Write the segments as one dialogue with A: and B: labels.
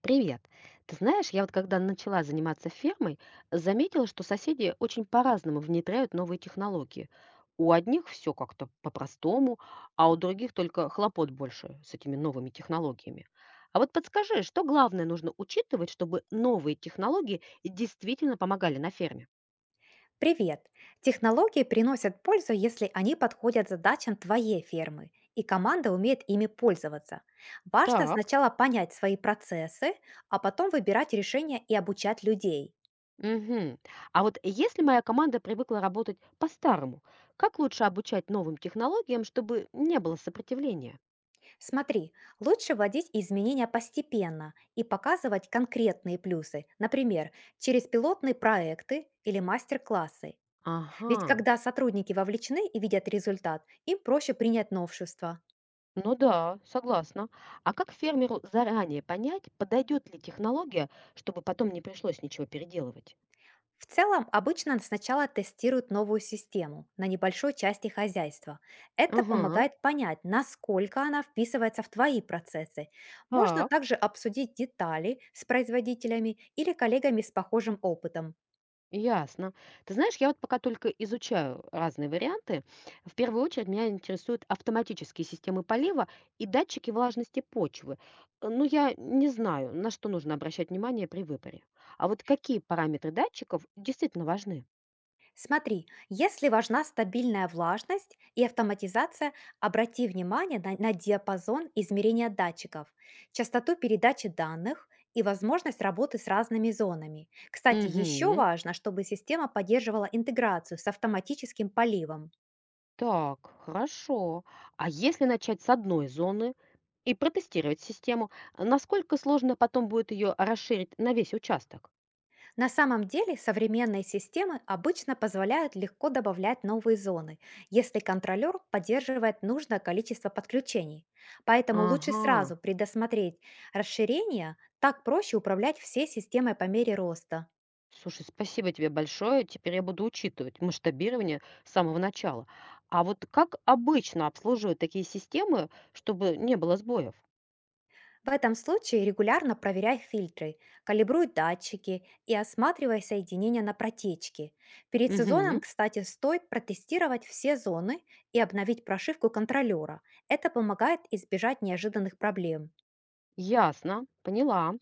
A: Привет. Ты знаешь, я вот когда начала заниматься фермой, заметила, что соседи очень по-разному внедряют новые технологии. У одних все как-то по-простому, а у других только хлопот больше с этими новыми технологиями. А вот подскажи, что главное нужно учитывать, чтобы новые технологии действительно помогали на ферме?
B: Привет! Технологии приносят пользу, если они подходят задачам твоей фермы, и команда умеет ими пользоваться. Важно
A: Так.
B: сначала понять свои процессы, а потом выбирать решения и обучать людей.
A: Мгм. А вот если моя команда привыкла работать по-старому, как лучше обучать новым технологиям, чтобы не было сопротивления?
B: Смотри, лучше вводить изменения постепенно и показывать конкретные плюсы, например, через пилотные проекты или мастер-классы. Ведь
A: Ага.
B: когда сотрудники вовлечены и видят результат, им проще принять новшества.
A: Ну да, согласна. А как фермеру заранее понять, подойдет ли технология, чтобы потом не пришлось ничего переделывать?
B: В целом, обычно сначала тестируют новую систему на небольшой части хозяйства. Это
A: Ага,
B: помогает понять, насколько она вписывается в твои процессы. Можно
A: так,
B: также обсудить детали с производителями или коллегами с похожим опытом.
A: ясно. Ты знаешь, я вот пока только изучаю разные варианты. В первую очередь меня интересуют автоматические системы полива и датчики влажности почвы. Ну, я не знаю, на что нужно обращать внимание при выборе. А вот какие параметры датчиков действительно важны?
B: Смотри, если важна стабильная влажность и автоматизация, обрати внимание на диапазон измерения датчиков, частоту передачи данных и возможность работы с разными зонами. Кстати, еще
A: Угу.
B: важно, чтобы система поддерживала интеграцию с автоматическим поливом.
A: Так, хорошо. А если начать с одной зоны и протестировать систему, насколько сложно потом будет ее расширить на весь участок?
B: На самом деле современные системы обычно позволяют легко добавлять новые зоны, если контролер поддерживает нужное количество подключений. Поэтому лучше
A: Ага.
B: сразу предусмотреть расширение, так проще управлять всей системой по мере роста.
A: Слушай, спасибо тебе большое. Теперь я буду учитывать масштабирование с самого начала. А вот как обычно обслуживают такие системы, чтобы не было сбоев?
B: В этом случае регулярно проверяй фильтры, калибруй датчики и осматривай соединения на протечке. Перед сезоном,
A: Угу.
B: кстати, стоит протестировать все зоны и обновить прошивку контролера. Это помогает избежать неожиданных проблем.
A: Ясно, поняла.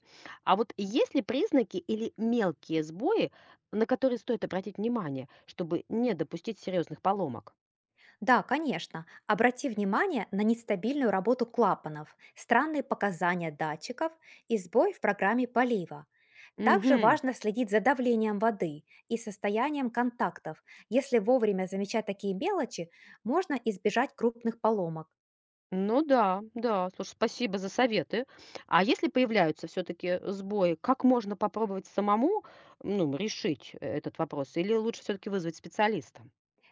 A: А вот есть ли признаки или мелкие сбои, на которые стоит обратить внимание, чтобы не допустить серьезных поломок?
B: Да, конечно. Обрати внимание на нестабильную работу клапанов, странные показания датчиков и сбой в программе полива. Также
A: Мгм.
B: важно следить за давлением воды и состоянием контактов. Если вовремя замечать такие мелочи, можно избежать крупных поломок.
A: Ну да, да. Слушай, спасибо за советы. А если появляются все-таки сбои, как можно попробовать самому, ну, решить этот вопрос? Или лучше все-таки вызвать специалиста?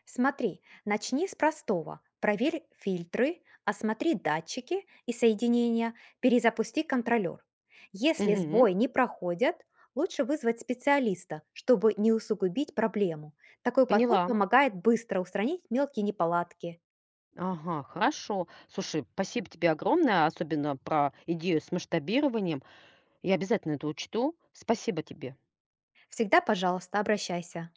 B: Смотри, начни с простого. Проверь фильтры, осмотри датчики и соединения, перезапусти контролер. Если
A: Мгм.
B: сбои не проходят, лучше вызвать специалиста, чтобы не усугубить проблему. Такой подход
A: Поняла.
B: помогает быстро устранить мелкие неполадки.
A: Ага, хорошо. Слушай, спасибо тебе огромное, особенно про идею с масштабированием. Я обязательно это учту. Спасибо тебе.
B: Всегда, пожалуйста, обращайся.